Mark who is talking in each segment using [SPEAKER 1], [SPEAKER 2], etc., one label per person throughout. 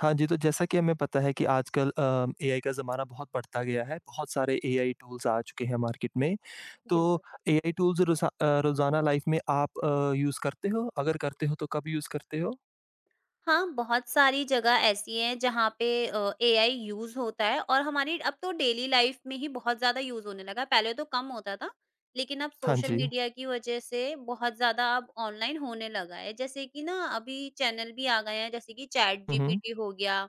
[SPEAKER 1] हाँ जी, तो जैसा कि हमें पता है कि आजकल एआई का ज़माना बहुत बढ़ता गया है, बहुत सारे एआई टूल्स आ चुके हैं मार्केट में। तो
[SPEAKER 2] बिल्कुल।
[SPEAKER 1] एआई टूल्स रोज़ाना लाइफ़ में आप यूज़ करते हो? अगर करते हो तो कब यूज़ करते हो?
[SPEAKER 2] हाँ, बहुत सारी जगह ऐसी हैं जहाँ पे एआई यूज़ होता है और हमारी अब तो डेली लाइफ में ही बहुत ज़्यादा यूज़ होने लगा है, पहले तो कम होता था, लेकिन अब
[SPEAKER 1] हाँ
[SPEAKER 2] सोशल
[SPEAKER 1] जी।
[SPEAKER 2] मीडिया की वजह से बहुत ज़्यादा अब ऑनलाइन होने लगा है। जैसे कि ना अभी चैनल भी आ गए हैं जैसे कि
[SPEAKER 1] हुँ, हुँ।
[SPEAKER 2] चैटजीपीटी हो गया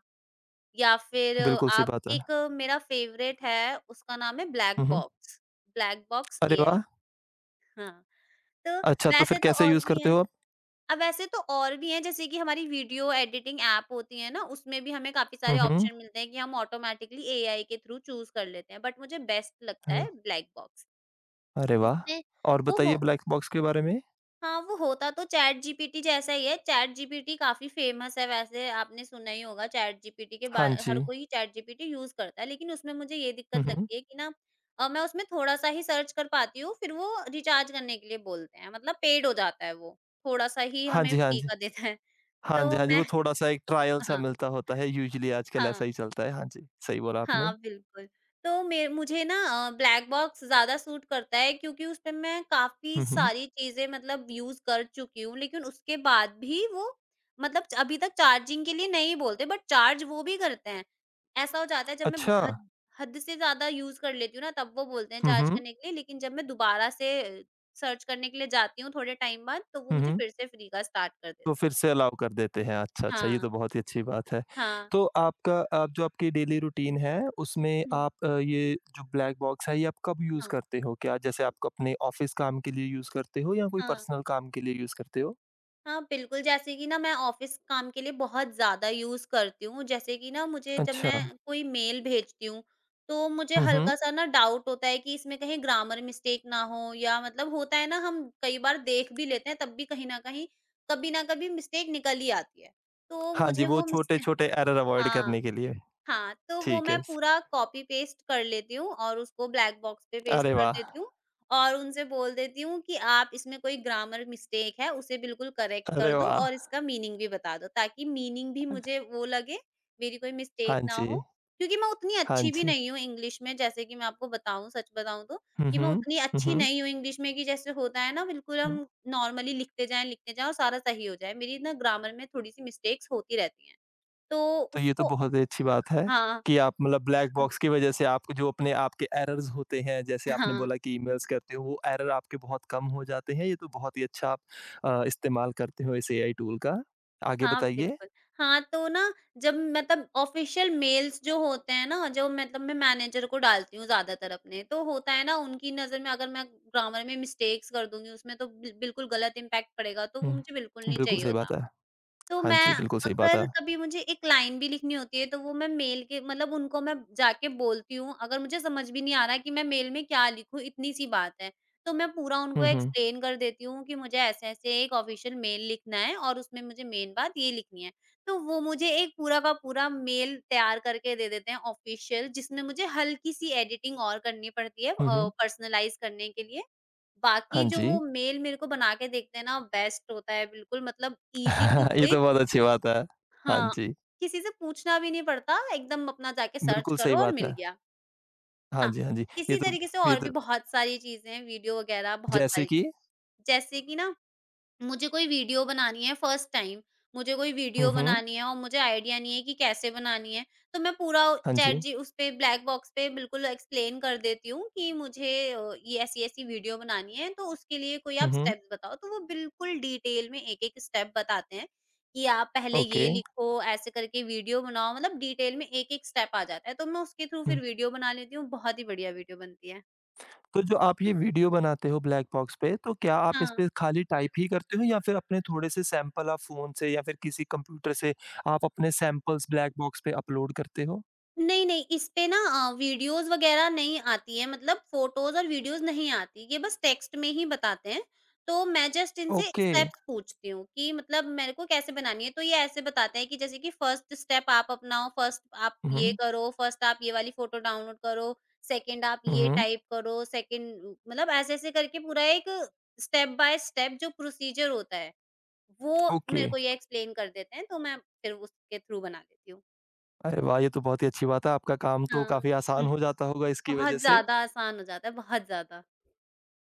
[SPEAKER 2] या फिर
[SPEAKER 1] बिल्कुल सही
[SPEAKER 2] आप
[SPEAKER 1] बात है।
[SPEAKER 2] एक मेरा फ़ेवरेट है, उसका नाम है
[SPEAKER 1] हुँ, हुँ।
[SPEAKER 2] ब्लैक बॉक्स
[SPEAKER 1] अरे
[SPEAKER 2] एआई।
[SPEAKER 1] वाह!
[SPEAKER 2] हाँ, तो
[SPEAKER 1] अच्छा तो फिर
[SPEAKER 2] वैसे तो
[SPEAKER 1] कैसे
[SPEAKER 2] और
[SPEAKER 1] यूज़
[SPEAKER 2] भी
[SPEAKER 1] करते
[SPEAKER 2] हैं।
[SPEAKER 1] हो आप?
[SPEAKER 2] अब वैसे तो और भी हैं जैसे कि हमारी वीडियो एडिटिंग ऐप होती है ना उसमें भी हमें काफ़ी
[SPEAKER 1] हुँ,
[SPEAKER 2] सारे
[SPEAKER 1] हुँ।
[SPEAKER 2] ऑप्शन मिलते हैं कि हम ऑटोमेटिकली एआई के थ्रू चूज़ कर लेते हैं। बट मुझे बेस्ट लगता
[SPEAKER 1] हाँ,
[SPEAKER 2] है ब्लैक बॉक्स।
[SPEAKER 1] अरे वाह!
[SPEAKER 2] उसमें
[SPEAKER 1] और
[SPEAKER 2] वो
[SPEAKER 1] बताइए
[SPEAKER 2] हो
[SPEAKER 1] ब्लैक बॉक्स के बारे में?
[SPEAKER 2] हाँ, वो होता तो चैट जीपीटी जैसा ही है। चैट जीपीटी काफ़ी फ़ेमस है वैसे आपने सुना ही होगा चैट जीपीटी के बा
[SPEAKER 1] हाँ जी।
[SPEAKER 2] हर कोई चैट जीपीटी यूज़ करता है। लेकिन उसमें मुझे ये
[SPEAKER 1] हुँ,
[SPEAKER 2] दिक्कत
[SPEAKER 1] हुँ।
[SPEAKER 2] लगती है कि ना मैं उसमें थोड़ा-सा ही सर्च कर पाती हूँ फिर वो रिचार्ज करने के लिए बोलते हैं। मतलब पेड हो जाता है वो। थोड़ा-सा ही
[SPEAKER 1] हाँ
[SPEAKER 2] हमें
[SPEAKER 1] जी, हाँ
[SPEAKER 2] फ्री
[SPEAKER 1] जी।
[SPEAKER 2] का देता है।
[SPEAKER 1] हाँ जी,
[SPEAKER 2] तो
[SPEAKER 1] हाँ जी,
[SPEAKER 2] मैं
[SPEAKER 1] वो थोड़ा-सा एक ट्रायल सा
[SPEAKER 2] हाँ,
[SPEAKER 1] मिलता होता है, यूजुअली आजकल
[SPEAKER 2] हाँ,
[SPEAKER 1] ऐसा ही चलता है। हाँ जी, सही बोला आपने।
[SPEAKER 2] हाँ, बिल्कुल। तो मे मुझे ना ब्लैक बॉक्स ज़्यादा सूट करता है क्योंकि उसमें मैं काफ़ी
[SPEAKER 1] हुँ, हुँ।
[SPEAKER 2] सारी चीज़ें मतलब यूज़ कर चुकी हूँ, लेकिन उसके बाद भी वो मतलब च अभी तक चार्जिंग के लिए नहीं बोलते बट चार्ज वो भी करते हैं। ऐसा हो जाता है जब मैं
[SPEAKER 1] अच्छा।
[SPEAKER 2] हद हद से ज़्यादा यूज़ कर लेती हूँ ना तब वो बोलते हैं
[SPEAKER 1] हुँ,
[SPEAKER 2] चार्ज
[SPEAKER 1] हुँ।
[SPEAKER 2] करने के लिए, लेकिन जब मैं दोबारा से सर्च करने के लिए जाती हूँ थोड़े टाइम बाद तो वो
[SPEAKER 1] हुँ,
[SPEAKER 2] मुझे
[SPEAKER 1] हुँ।
[SPEAKER 2] फिर से फ्री का स्टार्ट कर देते
[SPEAKER 1] तो
[SPEAKER 2] हैं।
[SPEAKER 1] फिर से अलाउ कर देते हैं। अच्छा, अच्छा ये
[SPEAKER 2] हाँ,
[SPEAKER 1] तो बहुत ही अच्छी बात है।
[SPEAKER 2] हाँ।
[SPEAKER 1] तो आपका आप जो आपकी डेली रूटीन है उसमें
[SPEAKER 2] हुँ,
[SPEAKER 1] आप ये जो ब्लैक बॉक्स है ये आप कब यूज़
[SPEAKER 2] हाँ,
[SPEAKER 1] करते हो? क्या जैसे आप अपने ऑफ़िस काम के लिए यूज़ करते हो या कोई
[SPEAKER 2] हाँ।
[SPEAKER 1] पर्सनल काम के लिए यूज़ करते हो?
[SPEAKER 2] हाँ, बिल्कुल, जैसे कि ना मैं ऑफ़िस काम के लिए बहुत ज़्यादा यूज़ करती हूँ, जैसे कि ना मुझे जब
[SPEAKER 1] अच्छा।
[SPEAKER 2] मैं कोई मेल भेजती हूँ, तो मुझे
[SPEAKER 1] हुँ, हुँ।
[SPEAKER 2] हल्का-सा ना डाउट होता है कि इसमें कहीं ग्रामर मिस्टेक ना हो या मतलब होता है ना हम कई बार देख भी लेते हैं, तब भी कहीं न कहीं, कभी न कभी मिस्टेक निकल ही आती है। तो
[SPEAKER 1] हाँ जी,
[SPEAKER 2] मुझे
[SPEAKER 1] वो
[SPEAKER 2] वो मिस्टे
[SPEAKER 1] छोटे-छोटे एरर अवॉइड
[SPEAKER 2] हाँ।
[SPEAKER 1] करने के लिए।
[SPEAKER 2] हाँ, तो वो
[SPEAKER 1] ठीक
[SPEAKER 2] मैं
[SPEAKER 1] है। स
[SPEAKER 2] पूरा कॉपी पेस्ट कर लेती हूँ और उसको ब्लैक बॉक्स पे पेस्ट
[SPEAKER 1] अरे
[SPEAKER 2] कर
[SPEAKER 1] वाह!
[SPEAKER 2] देती हूँ और उनसे बोल देती हूँ कि आप इसमें कोई ग्रामर मिस्टेक है उसे बिल्कुल करेक्ट
[SPEAKER 1] अरे
[SPEAKER 2] कर दो
[SPEAKER 1] वाह!
[SPEAKER 2] और इसका मीनिंग भी बता दो ताकि मीनिंग भी मुझे वो लगे, मेरी कोई मिस्टेक
[SPEAKER 1] हाँ
[SPEAKER 2] ना हो।
[SPEAKER 1] जी।
[SPEAKER 2] क्योंकि मैं उतनी
[SPEAKER 1] हाँ
[SPEAKER 2] अच्छी भी
[SPEAKER 1] जी।
[SPEAKER 2] नहीं हूँ इंग्लिश में जैसे कि मैं आपको बताऊँ सच बताऊँ तो
[SPEAKER 1] हुँ,
[SPEAKER 2] कि मैं
[SPEAKER 1] हुँ।
[SPEAKER 2] उतनी
[SPEAKER 1] हुँ,
[SPEAKER 2] अच्छी
[SPEAKER 1] हुँ।
[SPEAKER 2] नहीं हूँ इंग्लिश में कि जैसे होता है ना बिल्कुल हम नॉर्मली लिखते जाएँ और सारा सही हो जाए। मेरी ना ग्रामर में थोड़ी-सी मिस्टेक्स होती रहती हैं। तो
[SPEAKER 1] तो ये तो
[SPEAKER 2] उसको
[SPEAKER 1] बहुत ही अच्छी बात है
[SPEAKER 2] हाँ,
[SPEAKER 1] कि आप मतलब ब्लैक बॉक्स की वजह से आपको जो अपने आपके एरर्स होते हैं, जैसे आपने
[SPEAKER 2] हाँ,
[SPEAKER 1] बोला कि ईमेल्स करते हो, वो एरर आपके बहुत कम हो जाते हैं। ये तो बहुत ही अच्छा आप इस्तेमाल करते हो इस एआई टूल का। आगे
[SPEAKER 2] हाँ,
[SPEAKER 1] बताइए?
[SPEAKER 2] बिल्कुल। हाँ, तो ना जब मतलब ऑफ़िशियल मेल्स जो होते हैं ना, जो मतलब मैं मैनेजर को डालती हूँ ज़्यादातर अपने, तो होता है ना उनकी नज़र में अगर मैं ग्रामर में मिस्टेक्स कर दूँगी उसमें तो बिल्कुल गलत इम्पैक्ट पड़ेगा, तो वो मुझे बिल्कुल
[SPEAKER 1] हुँ।
[SPEAKER 2] नहीं
[SPEAKER 1] बिल्कुल
[SPEAKER 2] चाहिए
[SPEAKER 1] सही बात
[SPEAKER 2] होता।
[SPEAKER 1] है।
[SPEAKER 2] तो
[SPEAKER 1] हाँ
[SPEAKER 2] मैं
[SPEAKER 1] जी, बिल्कुल सही बात है।
[SPEAKER 2] अगर कभी मुझे एक लाइन भी लिखनी होती है तो वो मैं मेल के मतलब उनको मैं जाके बोलती हूँ। अगर मुझे समझ भी नहीं आ रहा है कि मैं मेल में क्या लिखूँ इतनी-सी बात है। तो मैं पूरा उनको
[SPEAKER 1] हुँ, हुँ।
[SPEAKER 2] एक्सप्लेन कर देती हूँ कि मुझे ऐसे-ऐसे एक ऑफ़िशियल मेल लिखना है और उसमें मुझे मेन बात ये लिखनी है। तो वो मुझे एक पूरा का पूरा मेल तैयार करके दे देते हैं ऑफ़िशियल जिसमें मुझे हल्की-सी एडिटिंग और करनी पड़ती है
[SPEAKER 1] हुँ, हुँ।
[SPEAKER 2] पर्सनलाइज़ करने के लिए।
[SPEAKER 1] हाँ
[SPEAKER 2] बाकी जो
[SPEAKER 1] जी।
[SPEAKER 2] वो मेल मेरे को बना के देखते हैं ना बेस्ट होता है बिल्कुल मतलब ईज़ी टू
[SPEAKER 1] ये तो
[SPEAKER 2] क्विक।
[SPEAKER 1] बहुत अच्छी बात है। हाँ
[SPEAKER 2] हाँ,
[SPEAKER 1] जी।
[SPEAKER 2] किसी से पूछना भी नहीं पड़ता, एकदम अपना जाके सर्च
[SPEAKER 1] बिल्कुल सही
[SPEAKER 2] करो और
[SPEAKER 1] बात है।
[SPEAKER 2] मिल गया।
[SPEAKER 1] हाँ
[SPEAKER 2] हाँ,
[SPEAKER 1] जी, हाँ जी। ये
[SPEAKER 2] इसी
[SPEAKER 1] तो
[SPEAKER 2] तरीके से
[SPEAKER 1] ये
[SPEAKER 2] और भी
[SPEAKER 1] तो
[SPEAKER 2] बहुत सारी चीज़ें हैं, वीडियो वगैरह बहुत
[SPEAKER 1] जैसे
[SPEAKER 2] सारी
[SPEAKER 1] कि?
[SPEAKER 2] चीज़ें। जैसे कि ना मुझे कोई वीडियो बनानी है फर्स्ट टाइम, मुझे कोई
[SPEAKER 1] हुँ,
[SPEAKER 2] वीडियो
[SPEAKER 1] हुँ।
[SPEAKER 2] बनानी है और मुझे आइडिया नहीं है कि कैसे बनानी है, तो मैं पूरा
[SPEAKER 1] हाँ
[SPEAKER 2] चैट
[SPEAKER 1] जी।
[SPEAKER 2] जी उस पे ब्लैक बॉक्स पे बिल्कुल एक्सप्लेन कर देती हूँ कि मुझे ये ऐसी-ऐसी वीडियो बनानी है, तो उसके लिए कोई
[SPEAKER 1] हुँ,
[SPEAKER 2] आप
[SPEAKER 1] हुँ।
[SPEAKER 2] स्टेप्स बताओ। तो वो बिल्कुल डिटेल में एक-एक स्टेप बताते हैं कि आप पहले
[SPEAKER 1] ओके।
[SPEAKER 2] ये लिखो, ऐसे करके वीडियो बनाओ, मतलब डिटेल में एक-एक स्टेप आ जाता है, तो मैं उसके थ्रू
[SPEAKER 1] हुँ।
[SPEAKER 2] फिर वीडियो बना लेती हूँ, बहुत ही बढ़िया वीडियो बनती है।
[SPEAKER 1] तो जो आप ये वीडियो बनाते हो ब्लैक बॉक्स पे, तो क्या आप इस
[SPEAKER 2] हाँ।
[SPEAKER 1] पे खाली टाइप ही करते हो या फिर अपने थोड़े से सैंपल आप फ़ोन से या फिर किसी कंप्यूटर से आप अपने सैंपल्स ब्लैक बॉक्स पे अपलोड करते हो?
[SPEAKER 2] नहीं, नहीं, इस पे ना वीडियोज़ वगैरह नहीं आती है मतलब फ़ोटोज़ और वीडियोज़ नहीं आती, ये बस टेक्स्ट में ही बताते हैं। तो मैं जस्ट इनसे
[SPEAKER 1] ओके।
[SPEAKER 2] स्टेप्स पूछती हूँ कि मतलब मेरे को कैसे बनानी है, तो ये ऐसे बताते हैं कि जैसे कि फर्स्ट स्टेप आप अपनाओ, फर्स्ट आप ये
[SPEAKER 1] हुँ,
[SPEAKER 2] करो, फर्स्ट आप ये वाली फ़ोटो डाउनलोड करो, सेकंड आप ये
[SPEAKER 1] हुँ,
[SPEAKER 2] टाइप करो, सेकंड मतलब ऐसे-ऐसे करके पूरा एक स्टेप बाय स्टेप जो प्रोसीजर होता है, वो
[SPEAKER 1] ओके।
[SPEAKER 2] मेरे को ये एक्सप्लेन कर देते हैं, तो मैं फिर उसके थ्रू बना लेती हूँ।
[SPEAKER 1] अरे वाह! ये तो बहुत ही अच्छी बात है, आपका काम तो
[SPEAKER 2] हाँ।
[SPEAKER 1] काफ़ी आसान हो जाता होगा इसकी वजह
[SPEAKER 2] बहुत
[SPEAKER 1] से।
[SPEAKER 2] ज़्यादा आसान हो जाता है, बहुत ज़्यादा।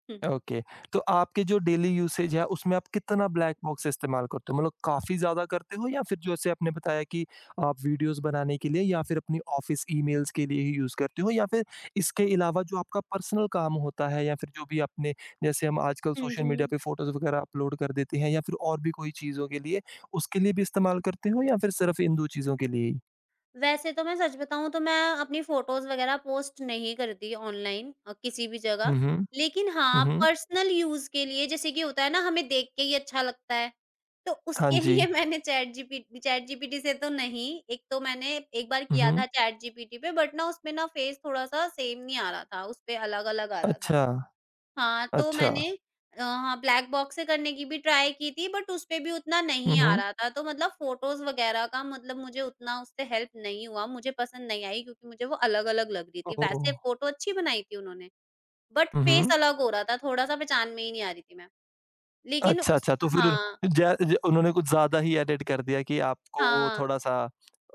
[SPEAKER 2] हुँ।
[SPEAKER 1] ओके। तो आपके जो डेली यूसेज है, उसमें आप कितना ब्लैक बॉक्स इस्तेमाल करते हो? मतलब काफ़ी ज़्यादा करते हो या फिर जैसे आपने बताया कि आप वीडियोज़ बनाने के लिए या फिर अपनी ऑफ़िस ईमेल्स के लिए ही यूज़ करते हो या फिर इसके अलावा जो आपका पर्सनल काम होता है या फिर जो भी आपने जैसे हम आजकल
[SPEAKER 2] हुँ,
[SPEAKER 1] सोशल मीडिया
[SPEAKER 2] हुँ।
[SPEAKER 1] पे फ़ोटोज़ वगैरह अपलोड कर देते हैं या फिर और भी कोई चीज़ों के लिए, उसके लिए भी इस्तेमाल करते हो या फिर सिर्फ़ इन 2 चीज़ों के लिए ही?
[SPEAKER 2] वैसे तो मैं सच बताऊँ तो मैं अपनी फ़ोटोज़ वग़ैरह पोस्ट नहीं करती ऑनलाइन किसी भी जगह।
[SPEAKER 1] हुँ, हुँ।
[SPEAKER 2] लेकिन
[SPEAKER 1] हुँ,
[SPEAKER 2] हाँ,
[SPEAKER 1] हुँ।
[SPEAKER 2] पर्सनल यूज़ के लिए जैसे कि होता है ना हमें देख के ही अच्छा लगता है, तो
[SPEAKER 1] हाँ
[SPEAKER 2] उसके
[SPEAKER 1] जी।
[SPEAKER 2] लिए मैंने चैट जीपीटी से तो नहीं, एक तो मैंने एक बार
[SPEAKER 1] हुँ,
[SPEAKER 2] किया
[SPEAKER 1] हुँ।
[SPEAKER 2] था चैट जीपीटी पे बट ना उसमें ना फ़ेस थोड़ा-सा सेम नहीं आ रहा था, उसपे अलग-अलग आ रहा था।
[SPEAKER 1] अच्छा,
[SPEAKER 2] हाँ, तो
[SPEAKER 1] अच्छा।
[SPEAKER 2] मैंने हाँ, ब्लैक बॉक्स से करने की भी ट्राई की थी बट उसपे भी उतना
[SPEAKER 1] हुँ,
[SPEAKER 2] नहीं आ
[SPEAKER 1] हुँ।
[SPEAKER 2] रहा था, तो मतलब फ़ोटोज़ वगैरह का मतलब मुझे उतना उससे हेल्प नहीं हुआ, मुझे पसंद नहीं आई क्योंकि मुझे वो अलग-अलग लग रही थी।
[SPEAKER 1] ओह!
[SPEAKER 2] वैसे फ़ोटो अच्छी बनाई थी उन्होंने, बट
[SPEAKER 1] हुँ,
[SPEAKER 2] फ़ेस
[SPEAKER 1] हुँ।
[SPEAKER 2] अलग हो रहा था, थोड़ा-सा पहचान में ही नहीं आ रही थी मैं। लेकिन
[SPEAKER 1] अच्छा,
[SPEAKER 2] उस
[SPEAKER 1] अच्छा, तो फिर
[SPEAKER 2] हाँ,
[SPEAKER 1] जै ज उन्होंने कुछ ज़्यादा ही एडिट कर दिया कि आपको वो
[SPEAKER 2] हाँ,
[SPEAKER 1] थोड़ा-सा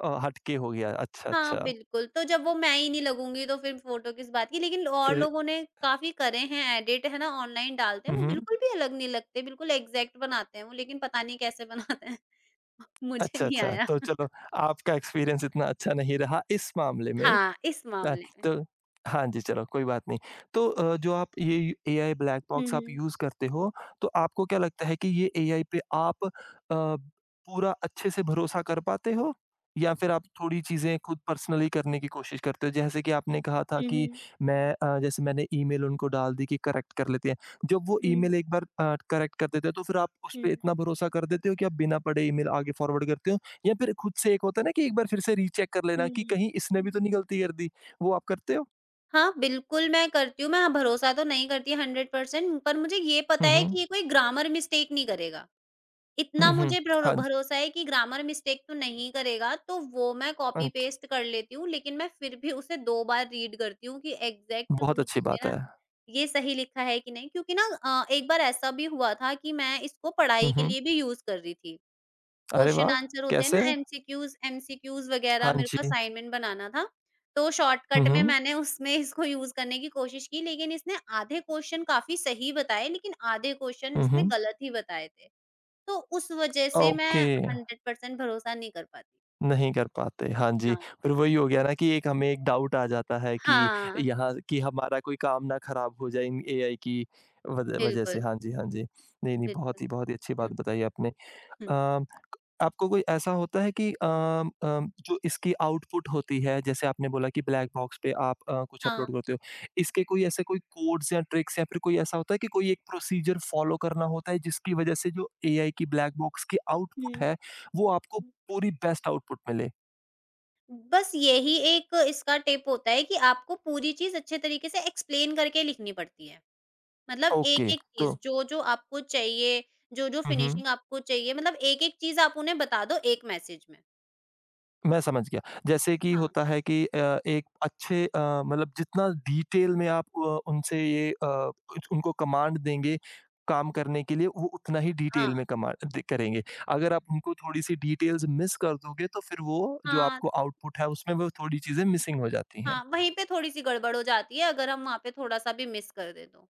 [SPEAKER 1] हटके हो गया। अच्छा,
[SPEAKER 2] हाँ,
[SPEAKER 1] अच्छा,
[SPEAKER 2] बिल्कुल, तो जब वो मैं ही नहीं लगूँगी तो फिर फ़ोटो किस बात की। लेकिन और
[SPEAKER 1] फिर
[SPEAKER 2] लोगों ने काफ़ी करे हैं एडिट, है ना, ऑनलाइन डालते हैं,
[SPEAKER 1] हुँ,
[SPEAKER 2] वो
[SPEAKER 1] हुँ।
[SPEAKER 2] बिल्कुल भी अलग नहीं लगते, बिल्कुल एग्ज़ैक्ट बनाते हैं वो, लेकिन पता नहीं कैसे बनाते हैं। मुझे
[SPEAKER 1] अच्छा,
[SPEAKER 2] नहीं
[SPEAKER 1] अच्छा,
[SPEAKER 2] आया।
[SPEAKER 1] तो चलो आपका एक्सपीरियंस इतना अच्छा नहीं रहा इस मामले में।
[SPEAKER 2] हाँ, इस
[SPEAKER 1] अ,
[SPEAKER 2] मामले में।
[SPEAKER 1] तो हाँ जी, चलो कोई बात नहीं। तो जो आप ये यू एआई ब्लैक
[SPEAKER 2] हुँ,
[SPEAKER 1] बॉक्स आप
[SPEAKER 2] हुँ।
[SPEAKER 1] यूज़ करते हो, तो आपको क्या लगता है कि ये एआई पे आप पूरा अच्छे से भरोसा कर पाते हो? या फिर आप थोड़ी चीज़ें खुद पर्सनली करने की कोशिश करते हो? जैसे कि आपने कहा था
[SPEAKER 2] हुँ,
[SPEAKER 1] कि
[SPEAKER 2] हुँ।
[SPEAKER 1] मैं जैसे मैंने ईमेल उनको डाल दी कि करेक्ट कर लेते हैं। जब वो
[SPEAKER 2] हुँ,
[SPEAKER 1] ईमेल एक बार करेक्ट कर देते हैं, तो फिर आप उस
[SPEAKER 2] हुँ।
[SPEAKER 1] पे इतना भरोसा कर देते हो कि आप बिना पढ़े ईमेल आगे फॉरवर्ड करते हो? या फिर खुद से एक होता है ना कि एक बार फिर से रीचेक कर लेना कि
[SPEAKER 2] हुँ।
[SPEAKER 1] कहीं इसने भी तो नहीं गलती कर दी? वो आप करते हो?
[SPEAKER 2] हाँ, बिल्कुल मैं करती हूँ, मैं भरोसा तो नहीं करती 100% पर मुझे ये पता
[SPEAKER 1] हुँ,
[SPEAKER 2] है
[SPEAKER 1] हुँ।
[SPEAKER 2] कि ये कोई ग्रामर मिस्टेक नहीं करेगा। इतना
[SPEAKER 1] हुँ, हुँ।
[SPEAKER 2] मुझे
[SPEAKER 1] हाँ जी,
[SPEAKER 2] भरोसा है कि ग्रामर मिस्टेक तो नहीं करेगा, तो वो मैं
[SPEAKER 1] हाँ
[SPEAKER 2] कॉपी
[SPEAKER 1] जी।
[SPEAKER 2] पेस्ट कर लेती हूँ, लेकिन मैं फिर भी उसे 2 बार रीड करती हूँ कि एग्ज़ैक्ट
[SPEAKER 1] बहुत
[SPEAKER 2] मुझ
[SPEAKER 1] अच्छी बात
[SPEAKER 2] मेरा
[SPEAKER 1] है।
[SPEAKER 2] ये सही लिखा है कि नहीं? क्योंकि ना एक बार ऐसा भी हुआ था कि मैं इसको
[SPEAKER 1] हुँ,
[SPEAKER 2] पढ़ाई के
[SPEAKER 1] हुँ।
[SPEAKER 2] लिए भी यूज़ कर रही थी।
[SPEAKER 1] अरे
[SPEAKER 2] क्वेश्चन
[SPEAKER 1] वाह!
[SPEAKER 2] आंसर होते हैं
[SPEAKER 1] कैसे?
[SPEAKER 2] ना एमसीक्यूज़ एमसीक्यूज़ वगैरह
[SPEAKER 1] हाँ
[SPEAKER 2] मेरे को
[SPEAKER 1] जी।
[SPEAKER 2] असाइनमेंट बनाना था। तो
[SPEAKER 1] हुँ,
[SPEAKER 2] शॉर्टकट में
[SPEAKER 1] हुँ।
[SPEAKER 2] मैंने उसमें इसको यूज़ करने की कोशिश की लेकिन इसने आधे क्वेश्चन काफ़ी सही बताए लेकिन आधे क्वेश्चन
[SPEAKER 1] हुँ,
[SPEAKER 2] इसने
[SPEAKER 1] हुँ।
[SPEAKER 2] गलत ही बताए थे। तो उस वजह से मैं
[SPEAKER 1] ओके,
[SPEAKER 2] 100% भरोसा नहीं कर पाती।
[SPEAKER 1] नहीं कर पाते। हाँ जी,
[SPEAKER 2] हाँ।
[SPEAKER 1] फिर वही हो गया ना कि एक हमें एक डाउट आ जाता है कि
[SPEAKER 2] हाँ,
[SPEAKER 1] यहाँ कि हमारा कोई काम ना खराब हो जाए इन एआई की वज वजह से।
[SPEAKER 2] बिल्कुल,
[SPEAKER 1] हाँ जी, हाँ जी। नहीं, नहीं,
[SPEAKER 2] बिल्कुल।
[SPEAKER 1] बहुत ही अच्छी बात
[SPEAKER 2] हुँ,
[SPEAKER 1] बताई आपने।
[SPEAKER 2] हुँ।
[SPEAKER 1] अ आपको कोई ऐसा होता है कि अम, अम, जो इसकी आउटपुट होती है जैसे आपने बोला कि ब्लैक बॉक्स पे आप कुछ
[SPEAKER 2] हाँ,
[SPEAKER 1] अपलोड करते हो इसके कोई ऐसे कोई कोड्स या ट्रिक्स या फिर कोई ऐसा होता है कि कोई एक प्रोसीजर फॉलो करना होता है जिसकी वजह से जो एआई की ब्लैक बॉक्स की आउटपुट
[SPEAKER 2] हुँ,
[SPEAKER 1] है वो आपको
[SPEAKER 2] हुँ।
[SPEAKER 1] पूरी बेस्ट आउटपुट मिले
[SPEAKER 2] बस यही एक इसका टिप होता है कि आपको पूरी चीज़ अच्छे तरीके से एक्सप्लेन करके लिखनी पड़ती है। मतलब
[SPEAKER 1] ओके
[SPEAKER 2] एक-एक
[SPEAKER 1] तो
[SPEAKER 2] चीज़, जो-जो आपको चाहिए, जो-जो
[SPEAKER 1] हम्म
[SPEAKER 2] फिनिशिंग आपको चाहिए, मतलब एक-एक चीज़ आप उन्हें बता दो एक मैसेज में।
[SPEAKER 1] मैं समझ गया। जैसे कि
[SPEAKER 2] हाँ,
[SPEAKER 1] होता है कि एक अच्छे मतलब जितना डिटेल में आप उनसे ये कुछ उनको कमांड देंगे काम करने के लिए, वो उतना ही डिटेल
[SPEAKER 2] हाँ,
[SPEAKER 1] में कमा द करेंगे। अगर आप उनको थोड़ी-सी डिटेल्स मिस कर दोगे, तो फिर वो जो
[SPEAKER 2] हाँ,
[SPEAKER 1] आपको आउटपुट है, उसमें वो थोड़ी चीज़ें मिसिंग हो जाती हैं।
[SPEAKER 2] हाँ, वहीं पे थोड़ी-सी गड़बड़ हो जाती है अगर हम वहाँ पे थोड़ा-सा भी मिस कर दें तो।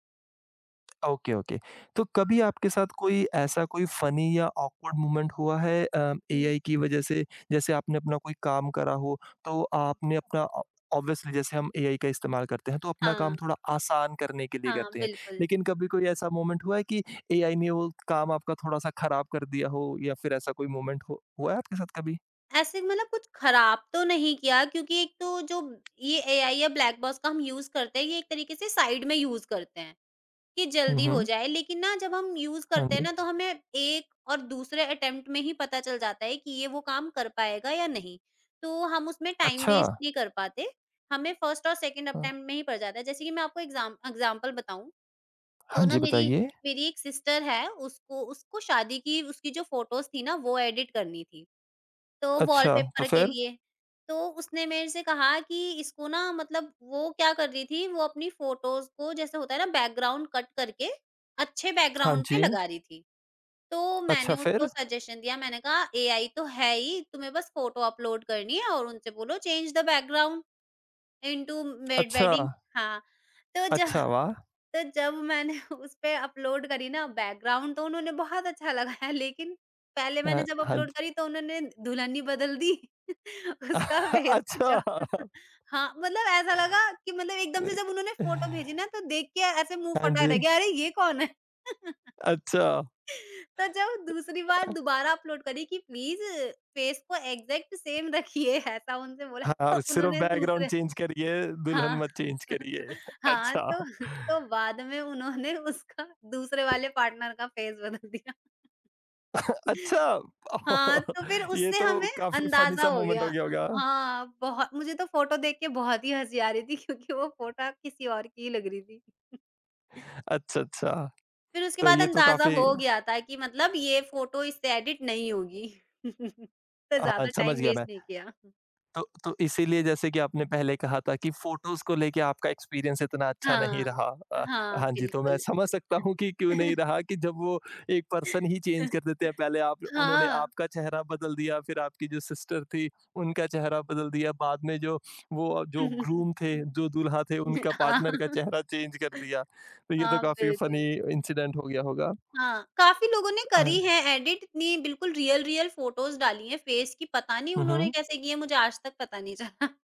[SPEAKER 1] Okay, okay. तो कभी आपके साथ कोई ऐसा कोई फ़नी या ऑकवर्ड मोमेंट हुआ है
[SPEAKER 2] हुँ।
[SPEAKER 1] एआई की वज़ह से? जैसे आपने अपना कोई काम करा हो, तो आपने अपना ऑ ऑब्वियसली जैसे हम एआई का इस्तेमाल करते हैं, तो अपना काम
[SPEAKER 2] हाँ,
[SPEAKER 1] थोड़ा आसान करने के लिए
[SPEAKER 2] हाँ,
[SPEAKER 1] करते हैं।
[SPEAKER 2] बिल्कुल।
[SPEAKER 1] लेकिन कभी कोई ऐसा मोमेंट हुआ है कि एआई ने वो काम आपका थोड़ा-सा खराब कर दिया हो या फिर ऐसा कोई मोमेंट हो हुआ है आपके साथ कभी?
[SPEAKER 2] ऐसे मतलब कुछ खराब तो नहीं किया क्योंकि एक तो जो ये एआई या ब्लैक बॉक्स का हम यूज़ करते हैं, ये एक तरीके से साइड में यूज़ करते हैं। कि
[SPEAKER 1] हुँ,
[SPEAKER 2] जल्दी हो
[SPEAKER 1] हुँ।
[SPEAKER 2] जाए लेकिन ना जब हम यूज़
[SPEAKER 1] हाँ
[SPEAKER 2] करते हैं
[SPEAKER 1] जी।
[SPEAKER 2] ना तो हमें एक और दूसरे अटेम्प्ट में ही पता चल जाता है कि ये वो काम कर पाएगा या नहीं। तो हम उसमें टाइम
[SPEAKER 1] अच्छा!
[SPEAKER 2] वेस्ट नहीं कर पाते, हमें फर्स्ट और सेकंड
[SPEAKER 1] हाँ,
[SPEAKER 2] अटेम्प्ट में ही पड़ जाता है। जैसे कि मैं आपको एग्ज़ाम्पल बताऊँ
[SPEAKER 1] हाँ
[SPEAKER 2] तो ना
[SPEAKER 1] जी,
[SPEAKER 2] मेरी
[SPEAKER 1] बताइए।
[SPEAKER 2] मेरी एक सिस्टर है उसको उसको शादी की उसकी जो फ़ोटोज़ थी ना वो एडिट करनी थी। तो
[SPEAKER 1] अच्छा, तो
[SPEAKER 2] वॉलपेपर के
[SPEAKER 1] फिर?
[SPEAKER 2] लिए, तो उसने मेरे से कहा कि इसको ना मतलब वो क्या कर रही थी, वो अपनी फ़ोटोज़ को जैसे होता है ना बैकग्राउंड कट करके, अच्छे
[SPEAKER 1] हाँ
[SPEAKER 2] बैकग्राउंड पे
[SPEAKER 1] जी।
[SPEAKER 2] लगा रही थी। तो
[SPEAKER 1] अच्छा,
[SPEAKER 2] मैंने उसको
[SPEAKER 1] फिर?
[SPEAKER 2] सजेशन दिया, मैंने कहा एआई तो है ही, तुम्हें बस फ़ोटो अपलोड करनी है और उनसे बोलो चेंज द बैकग्राउंड इंटू
[SPEAKER 1] अच्छा,
[SPEAKER 2] वेडिंग। हाँ, तो जब
[SPEAKER 1] अच्छा, वाह!
[SPEAKER 2] तो जब मैंने उस पे अपलोड करी ना बैकग्राउंड तो उन्होंने बहुत अच्छा लगाया लेकिन पहले मैंने
[SPEAKER 1] हाँ,
[SPEAKER 2] जब
[SPEAKER 1] हाँ
[SPEAKER 2] अपलोड
[SPEAKER 1] जी।
[SPEAKER 2] करी तो उन्होंने दुल्हन ही बदल दी उसका फेस कुछ
[SPEAKER 1] अच्छा
[SPEAKER 2] और हाँ मतलब ऐसा लगा कि मतलब एकदम से जब
[SPEAKER 1] एक
[SPEAKER 2] उन्होंने फोटो भेजी ना तो देख के ऐसे मुंह
[SPEAKER 1] हाँ
[SPEAKER 2] फटा
[SPEAKER 1] जी,
[SPEAKER 2] रह गया अरे ये कौन है।
[SPEAKER 1] अच्छा।
[SPEAKER 2] तो जब दूसरी बार दोबारा अपलोड करी कि प्लीज फेस को एग्जैक्ट सेम रखिए ऐसा उनसे बोला।
[SPEAKER 1] हाँ,
[SPEAKER 2] तो
[SPEAKER 1] और सिर्फ़
[SPEAKER 2] उन्होंने
[SPEAKER 1] बैकग्राउंड
[SPEAKER 2] दूसरे
[SPEAKER 1] चेंज करिए, दुल्हन
[SPEAKER 2] हाँ।
[SPEAKER 1] मत चेंज करिए।
[SPEAKER 2] हाँ,
[SPEAKER 1] अच्छा,
[SPEAKER 2] तो बाद में उन्होंने उसका दूसरे वाले पार्टनर का फेस बदल दिया।
[SPEAKER 1] अच्छा
[SPEAKER 2] हाँ, तो फिर
[SPEAKER 1] ये
[SPEAKER 2] उससे
[SPEAKER 1] तो
[SPEAKER 2] हमें
[SPEAKER 1] काफ़ी फ़नी
[SPEAKER 2] अंदाज़ा
[SPEAKER 1] सा
[SPEAKER 2] हो
[SPEAKER 1] मोमेंट
[SPEAKER 2] गया।
[SPEAKER 1] हो गया होगा।
[SPEAKER 2] हाँ, बहुत मुझे तो फ़ोटो देख के बहुत ही हँसी आ रही थी क्योंकि वो फ़ोटो किसी और की ही लग रही थी।
[SPEAKER 1] अच्छा, अच्छा।
[SPEAKER 2] फिर उसके
[SPEAKER 1] तो
[SPEAKER 2] बाद
[SPEAKER 1] ये तो
[SPEAKER 2] अंदाज़ा
[SPEAKER 1] काफ़ी
[SPEAKER 2] हो गया था कि ये फ़ोटो इससे एडिट नहीं होगी। तो
[SPEAKER 1] हाँ,
[SPEAKER 2] ज़्यादा
[SPEAKER 1] समझ
[SPEAKER 2] टाइम
[SPEAKER 1] गया मैं।
[SPEAKER 2] वेस्ट नहीं किया।
[SPEAKER 1] तो इसीलिए जैसे कि आपने पहले कहा था कि फ़ोटोज़ को लेके आपका एक्सपीरियंस इतना अच्छा नहीं
[SPEAKER 2] हाँ।
[SPEAKER 1] रहा। अ,
[SPEAKER 2] हाँ,
[SPEAKER 1] हाँ जी, तो मैं
[SPEAKER 2] बिल्कुल।
[SPEAKER 1] समझ सकता हूँ कि क्यों नहीं रहा कि जब वो एक पर्सन ही चेंज कर देते हैं, पहले आप उन्होंने
[SPEAKER 2] हाँ।
[SPEAKER 1] आपका चेहरा बदल दिया, फिर आपकी जो सिस्टर थी, उनका चेहरा बदल दिया, बाद में जो वो जो ग्रूम थे, जो दूल्हा थे, उनका
[SPEAKER 2] हाँ,
[SPEAKER 1] पार्टनर का चेहरा चेंज कर दिया। तो ये तो
[SPEAKER 2] हाँ,
[SPEAKER 1] काफ़ी
[SPEAKER 2] बिल्कुल।
[SPEAKER 1] फ़नी इंसिडेंट हो गया होगा।
[SPEAKER 2] हाँ, काफ़ी लोगों ने
[SPEAKER 1] अ,
[SPEAKER 2] करी है एडिट इतनी बिल्कुल रियल, रियल फ़ोटोज़ डाली हैं फेस की, पता नहीं
[SPEAKER 1] हुँ,
[SPEAKER 2] उन्होंने
[SPEAKER 1] हुँ।
[SPEAKER 2] कैसे की है मुझे आज तक पता नहीं चला।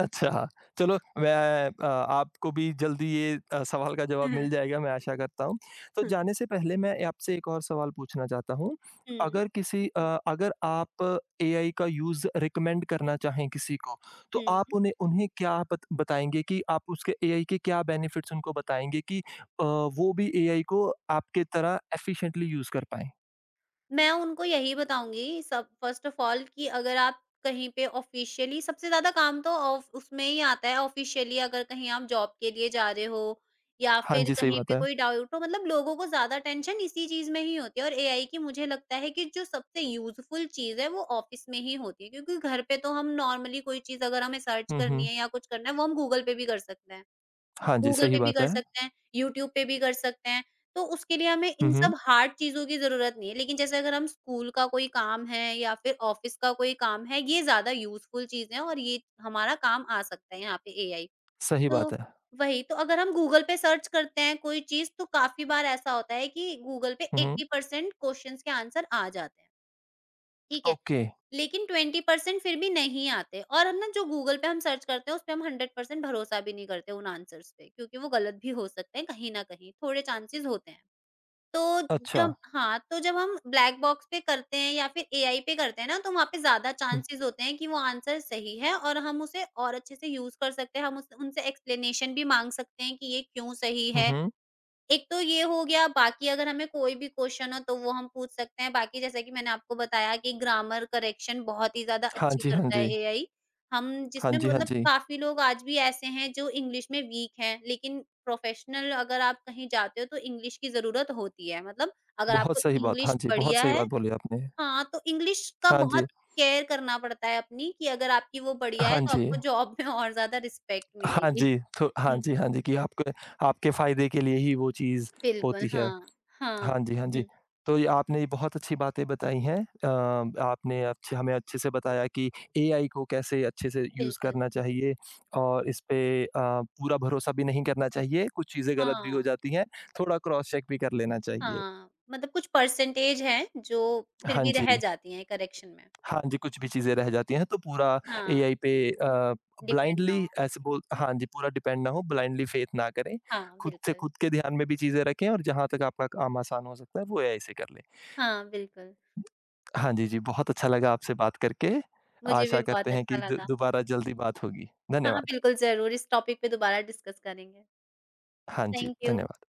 [SPEAKER 1] अच्छा, चलो मैं आपको भी जल्दी ये सवाल का जवाब
[SPEAKER 2] हुँ,
[SPEAKER 1] मिल
[SPEAKER 2] हुँ।
[SPEAKER 1] जाएगा, मैं आशा करता हूँ। तो
[SPEAKER 2] हुँ,
[SPEAKER 1] जाने से पहले मैं आपसे एक और सवाल पूछना चाहता हूँ।
[SPEAKER 2] हुँ,
[SPEAKER 1] अगर किसी अ, अगर आप एआई का यूज़ रिकमेंड करना चाहें किसी को, तो आप
[SPEAKER 2] हुँ।
[SPEAKER 1] उन्हें उन्हें क्या बत बताएँगे कि आप उसके एआई के क्या बेनिफिट्स उनको बताएँगे कि वो भी एआई को आपके तरह एफ़िशिएंटली यूज़ कर पाएँ?
[SPEAKER 2] मैं उनको यही बताऊँगी सब फ़र्स्ट ऑफ़ ऑल कि अगर आप कहीं पे ऑफ़िशियली सबसे ज़्यादा काम तो ऑफ उसमें ही आता है। ऑफ़िशियली अगर कहीं आप जॉब के लिए जा रहे हो या
[SPEAKER 1] हाँ
[SPEAKER 2] फिर
[SPEAKER 1] जी, सही
[SPEAKER 2] कहीं
[SPEAKER 1] बात
[SPEAKER 2] पे
[SPEAKER 1] है।
[SPEAKER 2] कोई डाउट हो, लोगों को ज़्यादा टेंशन इसी चीज़ में ही होती है। और एआई की मुझे लगता है कि जो सबसे यूज़फुल चीज़ है वो ऑफ़िस में ही होती है, क्योंकि घर पे तो हम नॉर्मली कोई चीज़ अगर हमें सर्च
[SPEAKER 1] हुँ,
[SPEAKER 2] करनी
[SPEAKER 1] हुँ।
[SPEAKER 2] है या कुछ करना है वो हम गूगल पे भी कर सकते हैं।
[SPEAKER 1] हाँ जी,
[SPEAKER 2] गूगल
[SPEAKER 1] सही
[SPEAKER 2] पे भी
[SPEAKER 1] बात
[SPEAKER 2] कर
[SPEAKER 1] है।
[SPEAKER 2] सकते हैं, यूट्यूब पे भी कर सकते हैं, तो उसके लिए हमें
[SPEAKER 1] हुँ,
[SPEAKER 2] इन
[SPEAKER 1] हुँ।
[SPEAKER 2] सब हार्ड चीज़ों की ज़रूरत नहीं है। लेकिन जैसे अगर हम स्कूल का कोई काम है या फिर ऑफ़िस का कोई काम है, ये ज़्यादा यूज़फुल चीज़ें हैं और ये हमारा काम आ सकता है यहाँ पे एआई।
[SPEAKER 1] सही
[SPEAKER 2] तो
[SPEAKER 1] बात है।
[SPEAKER 2] वही, तो अगर हम गूगल पे सर्च करते हैं कोई चीज़ तो काफ़ी बार ऐसा होता है कि गूगल पे
[SPEAKER 1] हुँ, हुँ।
[SPEAKER 2] 80% क्वेश्चन्स के आंसर आ जाते हैं। ठीक है।
[SPEAKER 1] ओके,
[SPEAKER 2] लेकिन 20% फिर भी नहीं आते, और हम ना जो गूगल पे हम सर्च करते हैं उसपे हम 100% भरोसा भी नहीं करते उन आंसर्स पे, क्योंकि वो गलत भी हो सकते हैं कहीं न कहीं, थोड़े चांसेस होते हैं। तो
[SPEAKER 1] अच्छा।
[SPEAKER 2] जब हाँ, तो जब हम ब्लैक बॉक्स पे करते हैं या फिर एआई पे करते हैं ना तो वहाँ पे ज़्यादा
[SPEAKER 1] हुँ,
[SPEAKER 2] चांसेस होते हैं कि वो आंसर सही है और हम उसे और अच्छे से यूज़ कर सकते हैं। हम उस उनसे एक्सप्लेनेशन भी माँग सकते हैं कि ये क्यों सही
[SPEAKER 1] हुँ,
[SPEAKER 2] है।
[SPEAKER 1] हुँ।
[SPEAKER 2] एक तो ये हो गया, बाकी अगर हमें कोई भी क्वेश्चन हो तो वो हम पूछ सकते हैं। बाकी जैसा कि मैंने आपको बताया कि ग्रामर करेक्शन बहुत ही ज़्यादा
[SPEAKER 1] हाँ
[SPEAKER 2] अच्छी
[SPEAKER 1] जी, हाँ
[SPEAKER 2] करता है
[SPEAKER 1] जी।
[SPEAKER 2] एआई। हम
[SPEAKER 1] हाँ
[SPEAKER 2] जिसमें
[SPEAKER 1] जी, हाँ जी।
[SPEAKER 2] काफ़ी लोग आज भी ऐसे हैं जो इंग्लिश में वीक हैं, लेकिन प्रोफेशनल अगर आप कहीं जाते हो तो इंग्लिश की ज़रूरत होती है। अगर
[SPEAKER 1] बहुत
[SPEAKER 2] आपको
[SPEAKER 1] सही बात, हाँ
[SPEAKER 2] इंग्लिश
[SPEAKER 1] जी, बहुत
[SPEAKER 2] बढ़िया
[SPEAKER 1] सही
[SPEAKER 2] है,
[SPEAKER 1] बात बोली आपने।
[SPEAKER 2] हाँ, तो इंग्लिश का
[SPEAKER 1] हाँ
[SPEAKER 2] बहुत
[SPEAKER 1] जी,
[SPEAKER 2] केयर करना पड़ता है अपनी कि अगर आपकी वो बढ़िया है
[SPEAKER 1] हाँ
[SPEAKER 2] तो
[SPEAKER 1] जी,
[SPEAKER 2] आपको जॉब में और ज़्यादा रिस्पेक्ट
[SPEAKER 1] हाँ
[SPEAKER 2] मिलेगी।
[SPEAKER 1] जी, तो हाँ
[SPEAKER 2] हुँ,
[SPEAKER 1] जी, हाँ जी, कि आपके आपके फ़ायदे के लिए ही वो चीज़
[SPEAKER 2] बिल्कुल,
[SPEAKER 1] होती है।
[SPEAKER 2] हाँ, हाँ।
[SPEAKER 1] हाँ जी, हाँ जी।
[SPEAKER 2] हुँ,
[SPEAKER 1] तो ये आपने बहुत अच्छी बातें बताई हैं। अ, आपने अच्छे हमें अच्छे से बताया कि एआई को कैसे अच्छे से यूज़
[SPEAKER 2] बिल्कुल।
[SPEAKER 1] करना चाहिए और इस पे पूरा भरोसा भी नहीं करना चाहिए, कुछ चीज़ें गलत भी हो
[SPEAKER 2] हाँ,
[SPEAKER 1] जाती हैं, थोड़ा क्रॉस चेक भी कर लेना चाहिए।
[SPEAKER 2] हाँ, कुछ परसेंटेज हैं जो फिर
[SPEAKER 1] हाँ
[SPEAKER 2] भी रह
[SPEAKER 1] जी।
[SPEAKER 2] जाती हैं करेक्शन में।
[SPEAKER 1] हाँ जी, कुछ भी चीज़ें रह जाती हैं तो पूरा
[SPEAKER 2] हाँ,
[SPEAKER 1] एआई पे
[SPEAKER 2] डिपेंड ना
[SPEAKER 1] ब्लाइंडली
[SPEAKER 2] हो।
[SPEAKER 1] ऐसे बोल हाँ जी, पूरा डिपेंड ना हो, ब्लाइंडली फेथ ना करें।
[SPEAKER 2] हाँ,
[SPEAKER 1] खुद से
[SPEAKER 2] बिल्कुल।
[SPEAKER 1] खुद के ध्यान में भी चीज़ें रखें और जहाँ तक आपका काम आसान हो सकता है वो एआई से कर लें।
[SPEAKER 2] हाँ, बिल्कुल,
[SPEAKER 1] हाँ जी, जी, बहुत अच्छा लगा आपसे बात करके।
[SPEAKER 2] मुझे
[SPEAKER 1] आशा
[SPEAKER 2] भी
[SPEAKER 1] करते
[SPEAKER 2] बहुत
[SPEAKER 1] हैं
[SPEAKER 2] अच्छा
[SPEAKER 1] कि दो
[SPEAKER 2] लगा।
[SPEAKER 1] दोबारा जल्दी बात होगी।
[SPEAKER 2] हाँ,
[SPEAKER 1] धन्यवाद।
[SPEAKER 2] बिल्कुल ज़रूर इस टॉपिक पे दोबारा डिस्कस करेंगे।
[SPEAKER 1] हाँ जी,
[SPEAKER 2] थैंक यू।
[SPEAKER 1] धन्यवाद।